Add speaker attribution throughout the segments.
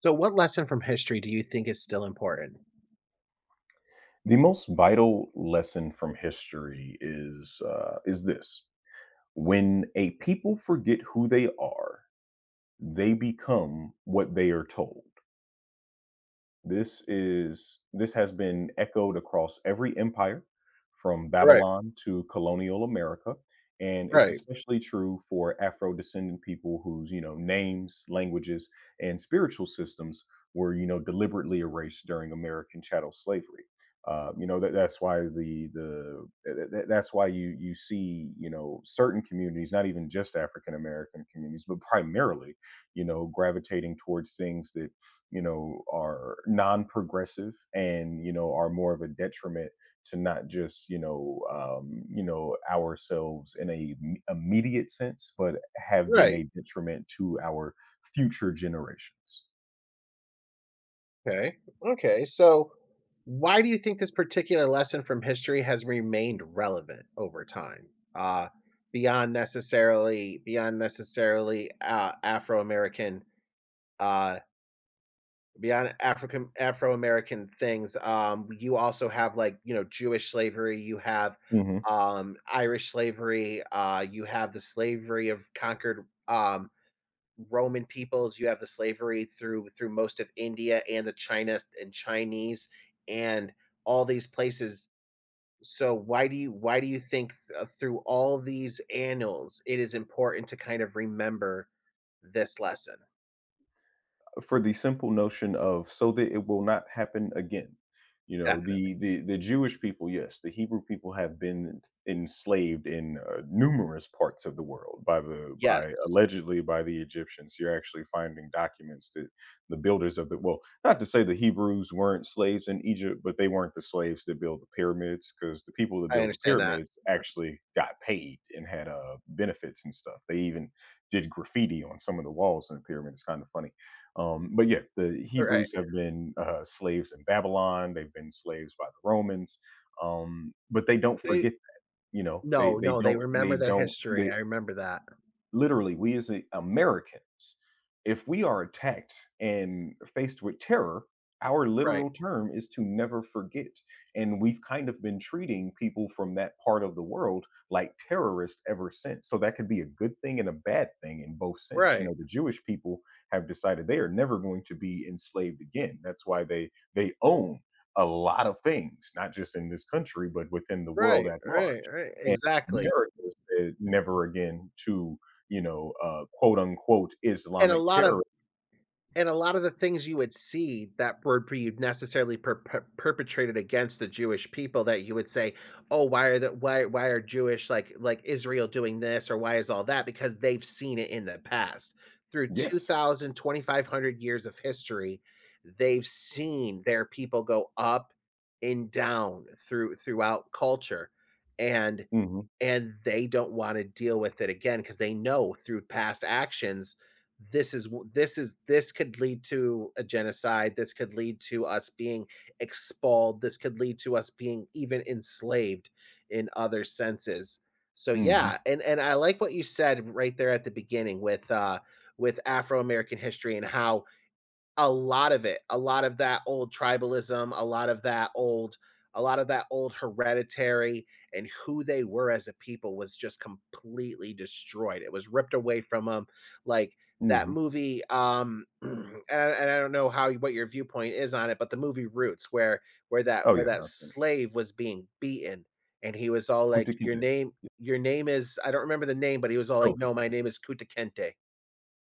Speaker 1: So, what lesson from history do you think is still important?
Speaker 2: The most vital lesson from history is this: when a people forget who they are, they become what they are told. This has been echoed across every empire from
Speaker 1: Right,
Speaker 2: Babylon to colonial America, and it's
Speaker 1: right,
Speaker 2: especially true for Afro-descendant people whose names, languages, and spiritual systems were deliberately erased during American chattel slavery. That's why that's why you see certain communities, not even just African American communities, but primarily gravitating towards things that are non-progressive, and are more of a detriment to not just ourselves in a immediate sense, but have been
Speaker 1: right.
Speaker 2: a detriment to our future generations.
Speaker 1: Okay, okay. So, why do you think this particular lesson from history has remained relevant over time? Uh, Beyond necessarily, beyond necessarily, Afro American uh, beyond African Afro American things, you also have like, Jewish slavery, you have
Speaker 2: Mm-hmm.
Speaker 1: Irish slavery, you have the slavery of conquered Roman peoples, you have the slavery through most of India and the China and Chinese and all these places. So why do you think through all these annals it is important to kind of remember this lesson?
Speaker 2: For the simple notion of so that it will not happen again. You know,
Speaker 1: Definitely.
Speaker 2: the Jewish people, yes, the Hebrew people have been enslaved in numerous parts of the world by the by
Speaker 1: Yes.
Speaker 2: allegedly by the Egyptians. You're actually finding documents that the builders of the well, not to say the Hebrews weren't slaves in Egypt, but they weren't the slaves that built the pyramids, because the people that
Speaker 1: I
Speaker 2: built the
Speaker 1: understand that.
Speaker 2: pyramids actually got paid and had benefits and stuff. They even did graffiti on some of the walls in the pyramid. It's kind of funny. But yeah, the
Speaker 1: All right.
Speaker 2: Hebrews have been slaves in Babylon. They've been slaves by the Romans, but they don't forget.
Speaker 1: No,
Speaker 2: They
Speaker 1: no, they
Speaker 2: don't they
Speaker 1: remember their
Speaker 2: don't
Speaker 1: history,
Speaker 2: they,
Speaker 1: I remember that.
Speaker 2: literally we, as Americans, if we are attacked and faced with terror, our
Speaker 1: Right,
Speaker 2: literal term is to never forget. And we've kind of been treating people from that part of the world like terrorists ever since. So that could be a good thing and a bad thing in both sense. You
Speaker 1: right,
Speaker 2: know, the Jewish people have decided they are never going to be enslaved again. That's why they own a lot of things, not just in this country, but within the world
Speaker 1: right,
Speaker 2: at
Speaker 1: right,
Speaker 2: large.
Speaker 1: right,
Speaker 2: And
Speaker 1: exactly.
Speaker 2: America said never again to quote unquote
Speaker 1: And a
Speaker 2: Islamic
Speaker 1: lot of
Speaker 2: terror.
Speaker 1: and a lot of the things you would see that were be necessarily perpetrated against the Jewish people that you would say, "Oh, why are Jewish like Israel doing this or why is all that?" Because they've seen it in the past through two
Speaker 2: Yes.
Speaker 1: thousand 2,500 years of history. They've seen their people go up and down throughout culture, and
Speaker 2: Mhm.
Speaker 1: and they don't wanna deal with it again because they know through past actions, this is w this is this could lead to a genocide, this could lead to us being expelled, this could lead to us being even enslaved in other senses. So,
Speaker 2: Mhm.
Speaker 1: yeah, and I like what you said right there at the beginning with, with Afro American history and how a lot of it, a lot of that old tribalism, a lot of that old a lot of that old hereditary and who they were as a people was just completely destroyed. It was ripped away from them, like, that
Speaker 2: Mhm.
Speaker 1: movie, and I don't know how what your viewpoint is on it, but the movie Roots where where that
Speaker 2: Oh,
Speaker 1: where
Speaker 2: yeah,
Speaker 1: that
Speaker 2: absolutely.
Speaker 1: slave was being beaten, and he was all like,
Speaker 2: Kunta
Speaker 1: "Your
Speaker 2: Kinte.
Speaker 1: name
Speaker 2: Yeah,
Speaker 1: your name is." I don't remember the name, but he was all like,
Speaker 2: Kobe.
Speaker 1: "No, my name is Kute Kente."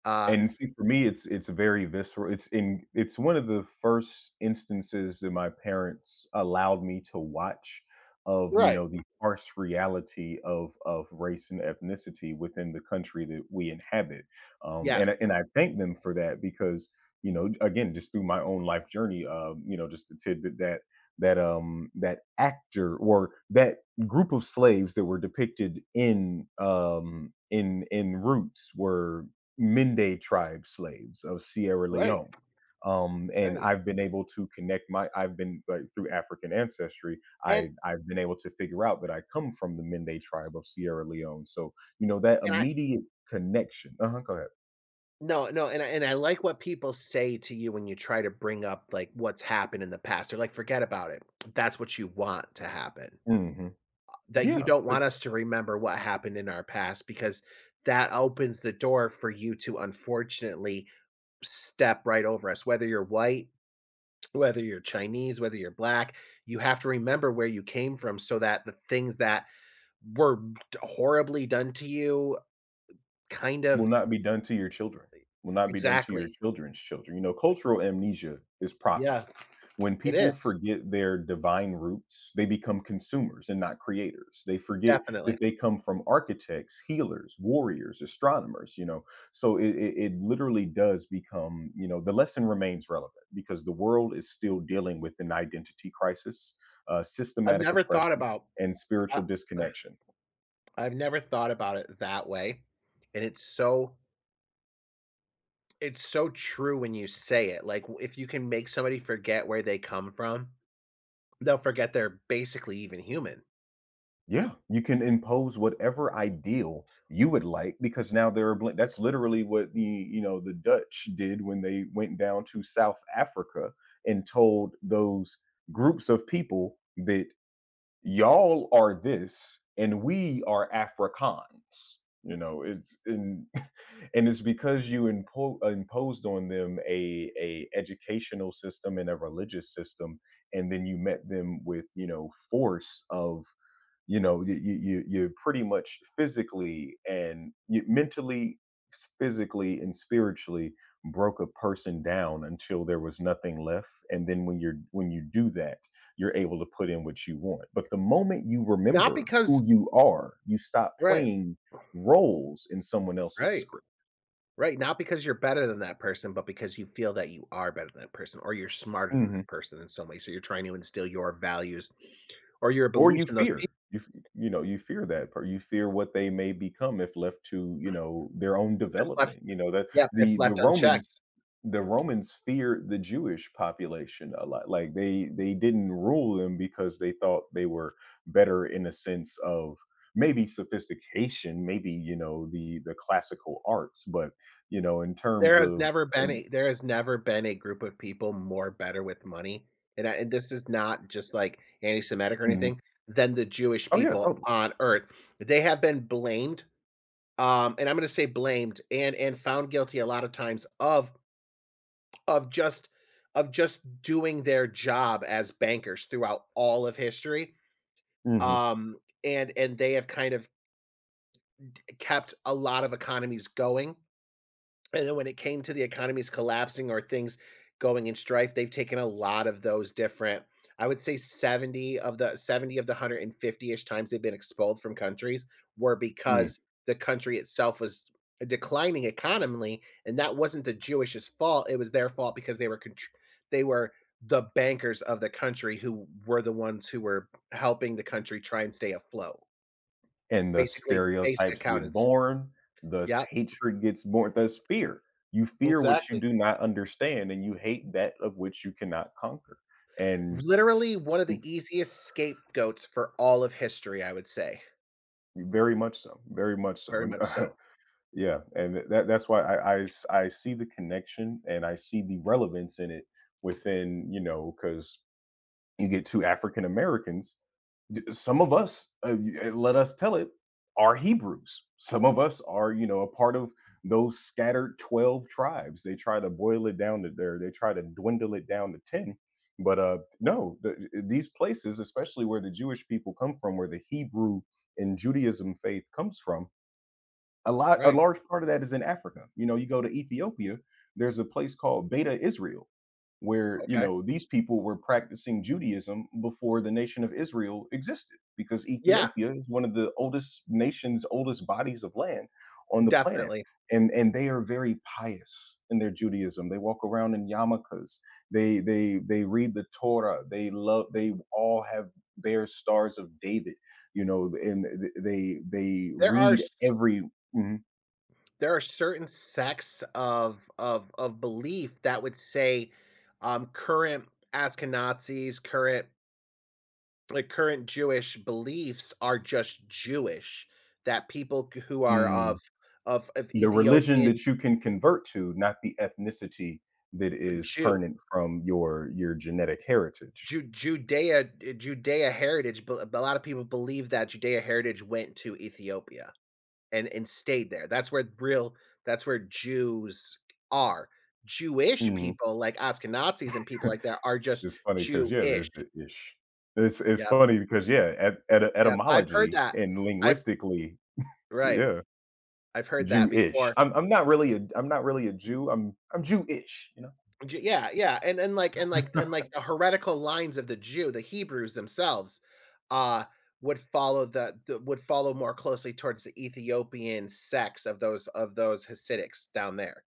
Speaker 1: Uh
Speaker 2: And see, for me, it's very visceral. It's one of the first instances that my parents allowed me to watch of, you
Speaker 1: Right.
Speaker 2: know, the harsh reality of race and ethnicity within the country that we inhabit. Um,
Speaker 1: Yes.
Speaker 2: and I- and I thank them for that, because, you know, again, just through my own life journey, just a tidbit that that actor, or that group of slaves that were depicted in Roots, were Mende tribe slaves of Sierra
Speaker 1: Right,
Speaker 2: Leone. And
Speaker 1: right.
Speaker 2: I've been able to connect my I've been like through African ancestry,
Speaker 1: And
Speaker 2: I've been able to figure out that I come from the Mende tribe of Sierra Leone. So, you know, that
Speaker 1: And I
Speaker 2: immediate connection. Uh-huh. Go ahead.
Speaker 1: No, no, and I like what people say to you when you try to bring up, like, what's happened in the past. They're like, "Forget about it. That's what you want to happen."
Speaker 2: Hmm.
Speaker 1: That you
Speaker 2: Yeah.
Speaker 1: don't want
Speaker 2: 'Cause
Speaker 1: us to remember what happened in our past because that opens the door for you to unfortunately step right over us. Whether you're white, whether you're Chinese, whether you're black, you have to remember where you came from so that the things that were horribly done to you kind of.
Speaker 2: will not be done to your children, will not be done to your
Speaker 1: Exactly.
Speaker 2: children's children. You know, cultural amnesia is
Speaker 1: Yeah,
Speaker 2: profitable. When
Speaker 1: it
Speaker 2: people
Speaker 1: is.
Speaker 2: forget their divine roots, they become consumers and not creators. They forget
Speaker 1: Definitely.
Speaker 2: that they come from architects, healers, warriors, astronomers. So it literally does become, the lesson remains relevant because the world is still dealing with an identity crisis,
Speaker 1: I've
Speaker 2: systematic
Speaker 1: never thought
Speaker 2: oppression,
Speaker 1: about
Speaker 2: and
Speaker 1: I
Speaker 2: spiritual disconnection.
Speaker 1: I've never thought about it that way, and it's so true when you say it, like, w if you can make somebody forget where they come from, they'll forget they're basically even human.
Speaker 2: Yeah, you can impose whatever ideal you would like, because now there are that's literally what the you know the Dutch did when they went down to South Africa and told those groups of people that y'all are this and we are Afrikaans. You know, it's— and and it's because you imposed on them a educational system and a religious system, and then you met them with force of— you're pretty much physically and, mentally— physically and spiritually broke a person down until there was nothing left, and then when you do that, you're able to put in what you want. But the moment you
Speaker 1: Not
Speaker 2: remember
Speaker 1: because
Speaker 2: who you are, you stop
Speaker 1: Right,
Speaker 2: playing roles in someone else's
Speaker 1: right.
Speaker 2: script.
Speaker 1: Right, not because you're better than that person, but because you feel that you are better than that person or you're smarter than
Speaker 2: Mhm.
Speaker 1: that person in some way, so you're trying to instill your values or your
Speaker 2: Or
Speaker 1: beliefs
Speaker 2: you
Speaker 1: in those
Speaker 2: fear.
Speaker 1: people.
Speaker 2: You know, you fear what they may become if left to their own
Speaker 1: If left
Speaker 2: development, that
Speaker 1: Yep,
Speaker 2: the
Speaker 1: if
Speaker 2: the
Speaker 1: left unchecked.
Speaker 2: Romans the Romans feared the Jewish population a lot. Like, they didn't rule them because they thought they were better in a sense of— maybe sophistication, maybe, the classical arts, but, you know, in terms
Speaker 1: There has
Speaker 2: of—
Speaker 1: never been a there has never been a group of people more better with money, and I and this is not just, like, anti-Semitic or
Speaker 2: Mhm.
Speaker 1: anything, than the Jewish
Speaker 2: Oh, yeah,
Speaker 1: people
Speaker 2: totally.
Speaker 1: on earth. They have been blamed, and I'm gonna say blamed and found guilty a lot of times of. Of just of just doing their job as bankers throughout all of history,
Speaker 2: Mhm.
Speaker 1: um, and they have kind of kept a lot of economies going, and then when it came to the economies collapsing or things going in strife, they've taken a lot of those different. I would say 70 of the 150-ish times they've been expelled from countries were
Speaker 2: Mm.
Speaker 1: because the country itself was a declining economically, and that wasn't the Jewish's fault, it was their fault because they were the bankers of the country who were the ones who were helping the country try and stay afloat.
Speaker 2: And the
Speaker 1: Basically, basic
Speaker 2: stereotypes get
Speaker 1: accountants.
Speaker 2: born, thus
Speaker 1: Yep,
Speaker 2: hatred gets born, thus fear. You fear what you
Speaker 1: exactly.
Speaker 2: do not understand, and you hate that of which you cannot conquer. And
Speaker 1: Literally one of the easiest scapegoats for all of history, I would say.
Speaker 2: very much so, very much so.
Speaker 1: Very
Speaker 2: And
Speaker 1: much so.
Speaker 2: yeah, and that that's why I see the connection, and I see the relevance in it within, you know, because... you get two African Americans. Some of us, let us tell it, are Hebrews. Some of us are, a part of those scattered 12 tribes. They try to boil it down to there, they try to dwindle it down to 10. But no, these places, especially where the Jewish people come from, where the Hebrew and Judaism faith comes from, a
Speaker 1: Right,
Speaker 2: large part of that is in Africa. You know, you go to Ethiopia, there's a place called Beta Israel, where, you
Speaker 1: okay.
Speaker 2: know, these people were practicing Judaism before the nation of Israel existed, because
Speaker 1: Yeah,
Speaker 2: Ethiopia is one of the oldest nations, oldest bodies of land on the planet.
Speaker 1: definitely.
Speaker 2: And they are very pious in their Judaism. They walk around in yarmulkes. They read the Torah. They love. They all have their stars of David, and they
Speaker 1: There are
Speaker 2: read
Speaker 1: s
Speaker 2: every— Mhm.
Speaker 1: there are certain sects of belief that would say, current Ashkenazis, current Jewish beliefs are just Jewish, that people c who are of
Speaker 2: Mm. The religion
Speaker 1: Ethiopian
Speaker 2: that you can convert to, not the ethnicity that is
Speaker 1: Jew
Speaker 2: permanent from your genetic heritage.
Speaker 1: Ju Judea eh, Judea heritage, but a lot of people believe that Judea heritage went to Ethiopia and stayed there. That's where Jews are. Jewish
Speaker 2: Mhm.
Speaker 1: people like Ashkenazis and people like that are just
Speaker 2: It's funny because, yeah,
Speaker 1: Jewish.
Speaker 2: there's the "ish." It's
Speaker 1: Yep,
Speaker 2: funny because, yeah, et et
Speaker 1: yep. I've heard
Speaker 2: etymologically
Speaker 1: that.
Speaker 2: and
Speaker 1: I've
Speaker 2: linguistically,
Speaker 1: right.
Speaker 2: yeah,
Speaker 1: I've heard that
Speaker 2: Jewish.
Speaker 1: before.
Speaker 2: I'm not really a Jew, I'm Jewish, you know?
Speaker 1: J yeah, yeah, and, like the heretical lines of the Jew, the Hebrews themselves, uh, would follow more closely towards the Ethiopian sects of those Hasidics down there.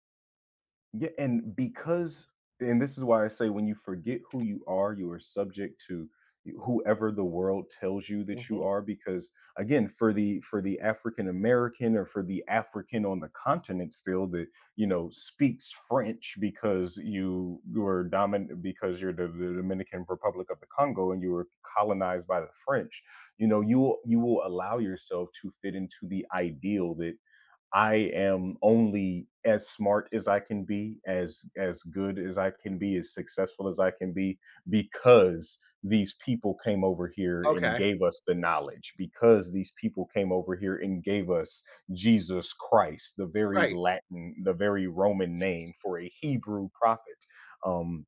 Speaker 2: Yeah, and because and this is why I say, when you forget who you are subject to whoever the world tells you that you
Speaker 1: Mhm.
Speaker 2: are. Because again, for the African American, or for the African on the continent still, that speaks French because you were dominant, because you're the, Dominican Republic of the Congo, and you were colonized by the French, you will, allow yourself to fit into the ideal that I am only as smart as I can be, as good as I can be, as successful as I can be, because these people came over here and
Speaker 1: Okay,
Speaker 2: gave us the knowledge, because these people came over here and gave us Jesus Christ, the very
Speaker 1: right.
Speaker 2: Latin, the very Roman name for a Hebrew prophet. Um,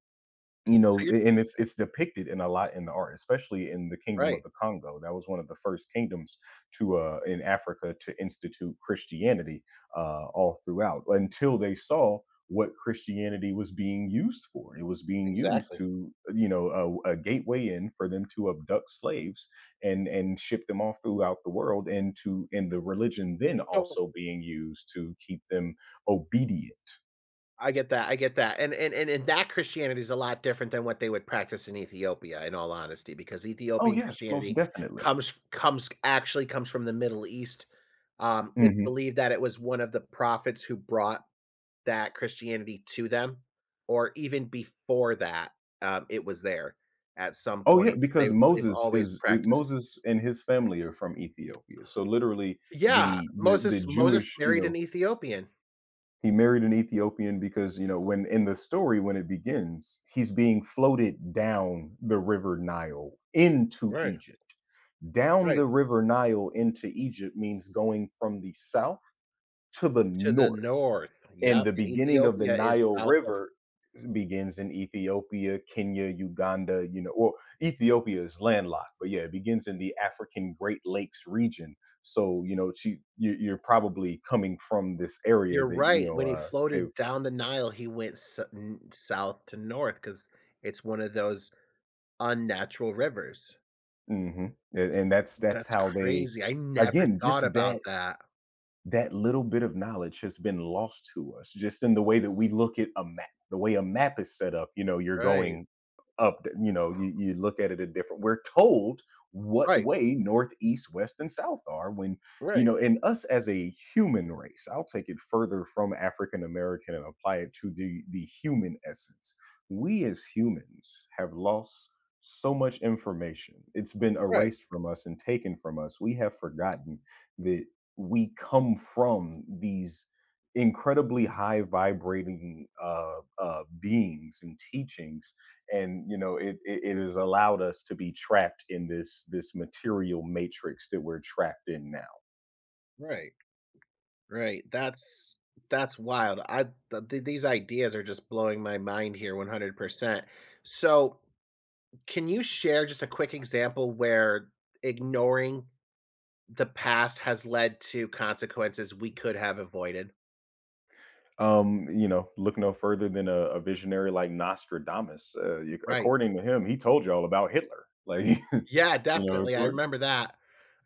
Speaker 2: you
Speaker 1: So
Speaker 2: know,
Speaker 1: you're
Speaker 2: and it's depicted in a lot in the art, especially in the Kingdom of
Speaker 1: right.
Speaker 2: the Congo. That was one of the first kingdoms in Africa to institute Christianity, all throughout, until they saw what Christianity was being used for. It was being used
Speaker 1: Exactly.
Speaker 2: to, a gateway in for them to abduct slaves, and ship them off throughout the world, and to and the religion then
Speaker 1: So
Speaker 2: also being used to keep them obedient.
Speaker 1: I get that, and that Christianity is a lot different than what they would practice in Ethiopia, in all honesty, because
Speaker 2: Oh,
Speaker 1: Ethiopian
Speaker 2: yes, most
Speaker 1: Christianity
Speaker 2: definitely.
Speaker 1: comes from the Middle East. It's
Speaker 2: Mhm.
Speaker 1: believed that it was one of the prophets who brought that Christianity to them, or even before that, it was there at some
Speaker 2: Oh yeah,
Speaker 1: point. they
Speaker 2: because
Speaker 1: they've
Speaker 2: Moses
Speaker 1: always
Speaker 2: is
Speaker 1: practiced.
Speaker 2: Moses and his family are from Ethiopia. So literally,
Speaker 1: Yeah,
Speaker 2: the
Speaker 1: Moses
Speaker 2: Jewish, you
Speaker 1: married an
Speaker 2: know,
Speaker 1: Ethiopian.
Speaker 2: he married an Ethiopian because, you know, when in the story when it begins, he's being floated down the river Nile into
Speaker 1: Right,
Speaker 2: Egypt. Down
Speaker 1: right,
Speaker 2: the river Nile into Egypt means going from the south to the
Speaker 1: to the
Speaker 2: north.
Speaker 1: north.
Speaker 2: And
Speaker 1: Yep,
Speaker 2: the
Speaker 1: and
Speaker 2: beginning of the
Speaker 1: Ethiopia is
Speaker 2: Nile
Speaker 1: south of.
Speaker 2: River begins in Ethiopia, Kenya, Uganda, well, Ethiopia is landlocked, but yeah, it begins in the African Great Lakes region. So, you're probably coming from this area
Speaker 1: You're
Speaker 2: that, you
Speaker 1: right,
Speaker 2: know,
Speaker 1: when he
Speaker 2: they,
Speaker 1: floated down the Nile, he went s n south to north because it's one of those unnatural rivers.
Speaker 2: Hmm. And, that's,
Speaker 1: That's
Speaker 2: how they—
Speaker 1: crazy, I never
Speaker 2: again,
Speaker 1: thought
Speaker 2: just
Speaker 1: about
Speaker 2: that
Speaker 1: that.
Speaker 2: little bit of knowledge has been lost to us, just in the way that we look at a map, the way a map is set up. You know, you're
Speaker 1: Right,
Speaker 2: going up, you know, you— you look at it a different— we're told what
Speaker 1: right,
Speaker 2: way north, east, west, and south are, when, you
Speaker 1: right,
Speaker 2: know, in us, as a human race— I'll take it further from African American and apply it to the human essence. We as humans have lost so much information. It's been
Speaker 1: right,
Speaker 2: erased from us and taken from us. We have forgotten the— we come from these incredibly high vibrating beings and teachings, and it has allowed us to be trapped in this material matrix that we're trapped in now.
Speaker 1: right, right, that's wild. I th th these ideas are just blowing my mind here 100%. So, can you share just a quick example where ignoring the past has led to consequences we could have avoided?
Speaker 2: Look no further than a visionary like Nostradamus.
Speaker 1: Right.
Speaker 2: According to him, he told you all about Hitler, like. You
Speaker 1: Yeah,
Speaker 2: know.
Speaker 1: definitely, I remember that.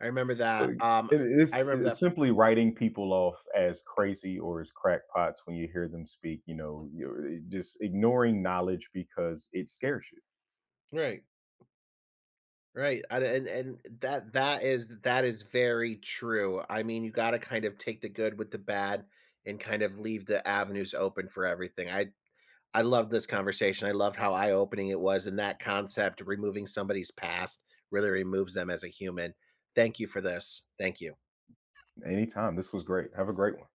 Speaker 1: I remember
Speaker 2: So
Speaker 1: that,
Speaker 2: it
Speaker 1: I
Speaker 2: it's
Speaker 1: remember
Speaker 2: it's
Speaker 1: that.
Speaker 2: simply writing people off as crazy or as crackpots when you hear them speak, you're just ignoring knowledge because it scares you.
Speaker 1: Right, right, and that that is very true. I mean, you gotta kind of take the good with the bad and kind of leave the avenues open for everything. I love this conversation, I loved how eye-opening it was, and that concept, of removing somebody's past really removes them as a human. Thank you for this. Thank you.
Speaker 2: Anytime. This was great. Have a great one.